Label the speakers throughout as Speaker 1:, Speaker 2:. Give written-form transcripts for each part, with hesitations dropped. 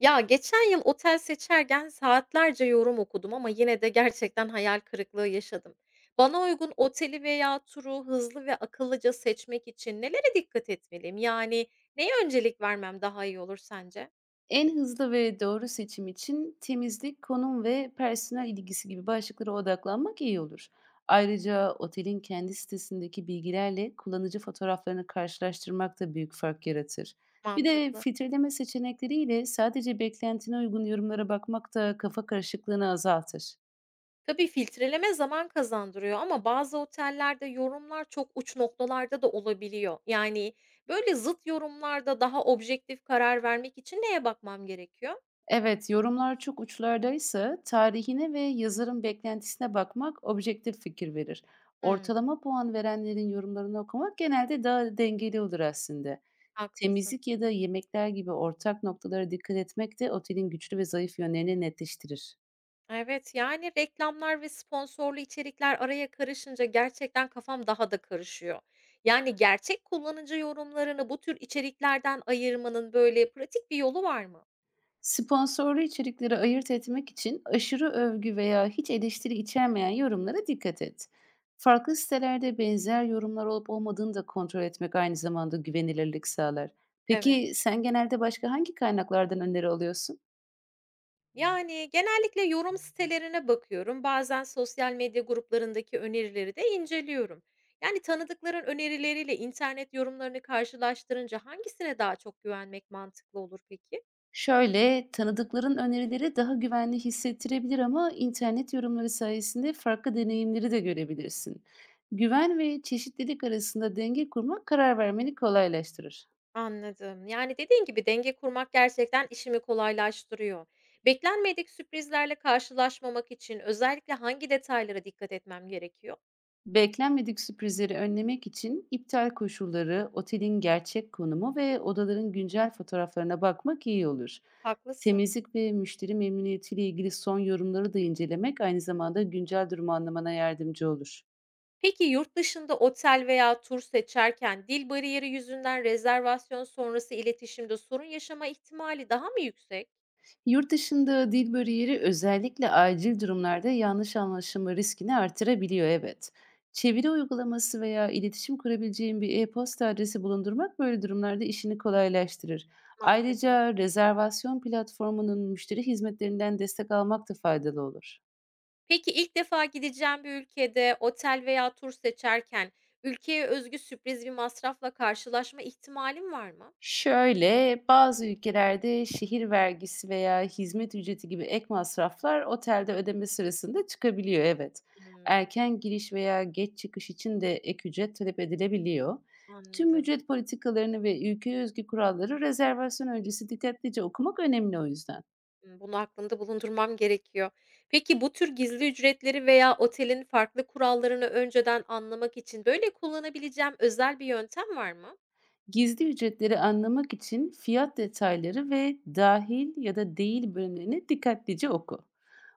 Speaker 1: Ya, geçen yıl otel seçerken saatlerce yorum okudum ama yine de gerçekten hayal kırıklığı yaşadım. Bana uygun oteli veya turu hızlı ve akıllıca seçmek için nelere dikkat etmeliyim? Yani neye öncelik vermem daha iyi olur sence?
Speaker 2: En hızlı ve doğru seçim için temizlik, konum ve personel ilgisi gibi başlıklara odaklanmak iyi olur. Ayrıca otelin kendi sitesindeki bilgilerle kullanıcı fotoğraflarını karşılaştırmak da büyük fark yaratır. Bir de
Speaker 1: Mantıklı.
Speaker 2: filtreleme seçenekleriyle sadece beklentine uygun yorumlara bakmak da kafa karışıklığını azaltır.
Speaker 1: Tabii filtreleme zaman kazandırıyor ama bazı otellerde yorumlar çok uç noktalarda da olabiliyor. Yani böyle zıt yorumlarda daha objektif karar vermek için neye bakmam gerekiyor?
Speaker 2: Evet, yorumlar çok uçlardaysa tarihine ve yazarın beklentisine bakmak objektif fikir verir.
Speaker 1: Hmm,
Speaker 2: Ortalama puan verenlerin yorumlarını okumak genelde daha dengeli olur aslında.
Speaker 1: haklısın.
Speaker 2: Temizlik ya da yemekler gibi ortak noktalara dikkat etmek de otelin güçlü ve zayıf yönlerini netleştirir.
Speaker 1: Evet, yani reklamlar ve sponsorlu içerikler araya karışınca gerçekten kafam daha karışıyor. Yani gerçek kullanıcı yorumlarını bu tür içeriklerden ayırmanın böyle pratik bir yolu var mı?
Speaker 2: Sponsorlu içerikleri ayırt etmek için aşırı övgü veya hiç eleştiri içermeyen yorumlara dikkat et. Farklı sitelerde benzer yorumlar olup olmadığını da kontrol etmek aynı zamanda güvenilirlik sağlar.
Speaker 1: Evet.
Speaker 2: Peki sen genelde başka hangi kaynaklardan öneri alıyorsun?
Speaker 1: Yani genellikle yorum sitelerine bakıyorum. Bazen sosyal medya gruplarındaki önerileri de inceliyorum. Yani tanıdıkların önerileriyle internet yorumlarını karşılaştırınca hangisine daha çok güvenmek mantıklı olur peki?
Speaker 2: Şöyle, tanıdıkların önerileri daha güvenli hissettirebilir ama internet yorumları sayesinde farklı deneyimleri de görebilirsin. Güven ve çeşitlilik arasında denge kurmak karar vermeni kolaylaştırır.
Speaker 1: Anladım. Yani, dediğin gibi denge kurmak gerçekten işimi kolaylaştırıyor. Beklenmedik sürprizlerle karşılaşmamak için özellikle hangi detaylara dikkat etmem gerekiyor?
Speaker 2: Beklenmedik sürprizleri önlemek için iptal koşulları, otelin gerçek konumu ve odaların güncel fotoğraflarına bakmak iyi olur.
Speaker 1: Haklısın.
Speaker 2: Temizlik ve müşteri memnuniyetiyle ilgili son yorumları da incelemek aynı zamanda güncel durumu anlamana yardımcı olur.
Speaker 1: Peki yurt dışında otel veya tur seçerken dil bariyeri yüzünden rezervasyon sonrası iletişimde sorun yaşama ihtimali daha mı yüksek?
Speaker 2: Yurt dışında dil bariyeri özellikle acil durumlarda yanlış anlaşılma riskini artırabiliyor, evet. Çeviri uygulaması veya iletişim kurabileceğin bir e-posta adresi bulundurmak böyle durumlarda işini kolaylaştırır.
Speaker 1: Mantıklı.
Speaker 2: Ayrıca rezervasyon platformunun müşteri hizmetlerinden destek almak da faydalı olur.
Speaker 1: Peki ilk defa gideceğim bir ülkede otel veya tur seçerken ülkeye özgü sürpriz bir masrafla karşılaşma ihtimalim var mı?
Speaker 2: Şöyle, bazı ülkelerde şehir vergisi veya hizmet ücreti gibi ek masraflar otelde ödeme sırasında çıkabiliyor, evet.
Speaker 1: Hımm.
Speaker 2: Erken giriş veya geç çıkış için de ek ücret talep edilebiliyor. Tüm
Speaker 1: Anladım.
Speaker 2: ücret politikalarını ve ülkeye özgü kuralları rezervasyon öncesi dikkatlice okumak önemli, o yüzden.
Speaker 1: Bunu aklımda bulundurmam gerekiyor. Peki, bu tür gizli ücretleri veya otelin farklı kurallarını önceden anlamak için, böyle, kullanabileceğim özel bir yöntem var mı?
Speaker 2: Gizli ücretleri anlamak için fiyat detayları ve dahil ya da değil bölümlerini dikkatlice oku.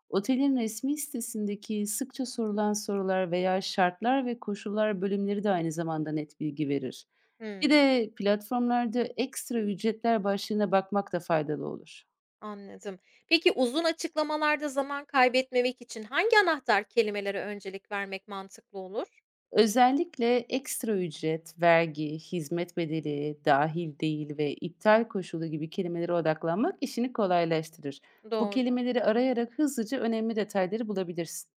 Speaker 2: Otelin resmi sitesindeki sıkça sorulan sorular veya şartlar ve koşullar bölümleri de aynı zamanda net bilgi verir. Bir
Speaker 1: Hımm,
Speaker 2: de platformlarda ekstra ücretler başlığına bakmak da faydalı olur.
Speaker 1: anladım. Peki, uzun açıklamalarda zaman kaybetmemek için hangi anahtar kelimelere öncelik vermek mantıklı olur?
Speaker 2: Özellikle ekstra ücret, vergi, hizmet bedeli, dahil değil ve iptal koşulu gibi kelimelere odaklanmak işini kolaylaştırır. Bu
Speaker 1: Doğru.
Speaker 2: kelimeleri arayarak hızlıca önemli detayları bulabilirsin.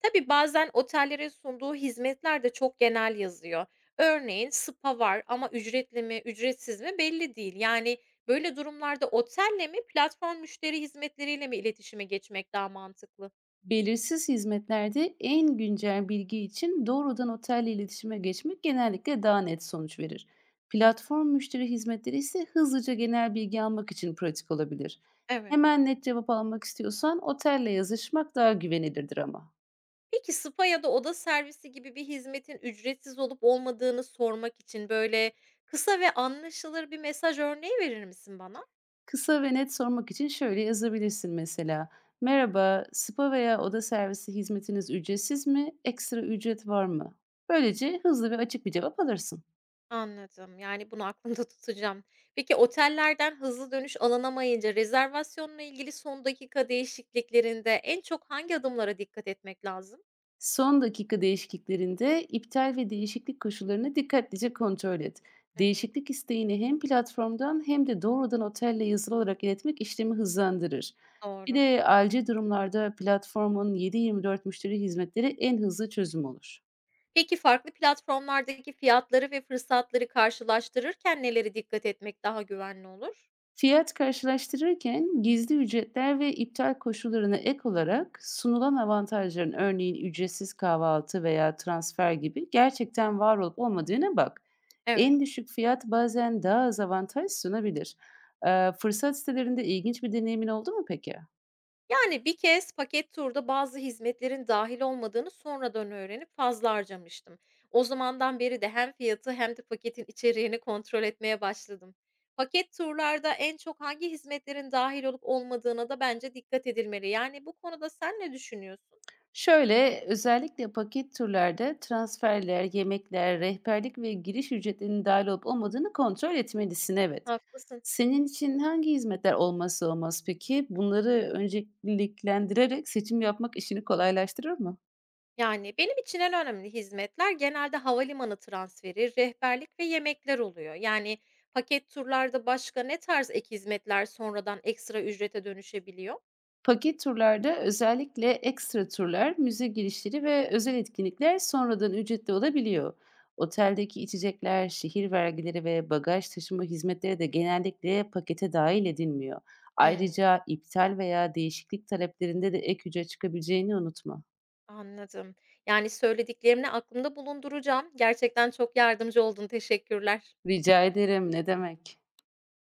Speaker 1: Tabii, bazen otellerin sunduğu hizmetler de çok genel yazıyor. Örneğin spa var ama ücretli mi, ücretsiz mi belli değil. Yani, böyle durumlarda otelle mi, platform müşteri hizmetleriyle mi iletişime geçmek daha mantıklı?
Speaker 2: Belirsiz hizmetlerde en güncel bilgi için doğrudan otelle iletişime geçmek genellikle daha net sonuç verir. Platform müşteri hizmetleri ise hızlıca genel bilgi almak için pratik olabilir.
Speaker 1: Evet.
Speaker 2: Hemen net cevap almak istiyorsan otelle yazışmak daha güvenilirdir ama.
Speaker 1: Peki, spa ya da oda servisi gibi bir hizmetin ücretsiz olup olmadığını sormak için, böyle, kısa ve anlaşılır bir mesaj örneği verir misin bana?
Speaker 2: Kısa ve net sormak için şöyle yazabilirsin mesela: merhaba, spa veya oda servisi hizmetiniz ücretsiz mi? Ekstra ücret var mı? Böylece hızlı ve açık bir cevap alırsın.
Speaker 1: Anladım. Yani, bunu aklımda tutacağım. Peki, otellerden hızlı dönüş alınamayınca rezervasyonla ilgili son dakika değişikliklerinde en çok hangi adımlara dikkat etmek lazım?
Speaker 2: Son dakika değişikliklerinde iptal ve değişiklik koşullarını dikkatlice kontrol et.
Speaker 1: Hı hı.
Speaker 2: Değişiklik isteğini hem platformdan hem de doğrudan otelle yazılı olarak iletmek işlemi hızlandırır. Bir
Speaker 1: Doğru.
Speaker 2: de acil durumlarda platformun 7/24 müşteri hizmetleri en hızlı çözüm olur.
Speaker 1: Peki, farklı platformlardaki fiyatları ve fırsatları karşılaştırırken nelere dikkat etmek daha güvenli olur?
Speaker 2: Fiyat karşılaştırırken gizli ücretler ve iptal koşullarına ek olarak sunulan avantajların, örneğin ücretsiz kahvaltı veya transfer gibi, gerçekten var olup olmadığına bak. En
Speaker 1: Evet.
Speaker 2: düşük fiyat bazen daha az avantaj sunabilir. Fırsat sitelerinde ilginç bir deneyimin oldu mu peki?
Speaker 1: Yani bir kez paket turda bazı hizmetlerin dahil olmadığını sonradan öğrenip fazla harcamıştım. O zamandan beri de hem fiyatı hem de paketin içeriğini kontrol etmeye başladım. Paket turlarda en çok hangi hizmetlerin dahil olup olmadığına da bence dikkat edilmeli. Yani bu konuda sen ne düşünüyorsun?
Speaker 2: Şöyle, özellikle paket turlarda transferler, yemekler, rehberlik ve giriş ücretlerinin dahil olup olmadığını kontrol etmelisin, evet.
Speaker 1: Haklısın.
Speaker 2: Senin için hangi hizmetler olmazsa olmaz peki? Bunları önceliklendirerek seçim yapmak işini kolaylaştırır mı?
Speaker 1: Yani benim için en önemli hizmetler genelde havalimanı transferi, rehberlik ve yemekler oluyor. Yani paket turlarda başka ne tarz ek hizmetler sonradan ekstra ücrete dönüşebiliyor?
Speaker 2: Paket turlarda özellikle ekstra turlar, müze girişleri ve özel etkinlikler sonradan ücretli olabiliyor. Oteldeki içecekler, şehir vergileri ve bagaj taşıma hizmetleri de genellikle pakete dahil edilmiyor.
Speaker 1: Hıı.
Speaker 2: Ayrıca iptal veya değişiklik taleplerinde de ek ücret çıkabileceğini unutma.
Speaker 1: Anladım. Yani, söylediklerini aklımda bulunduracağım. Gerçekten çok yardımcı oldun, teşekkürler.
Speaker 2: Rica ederim, ne demek?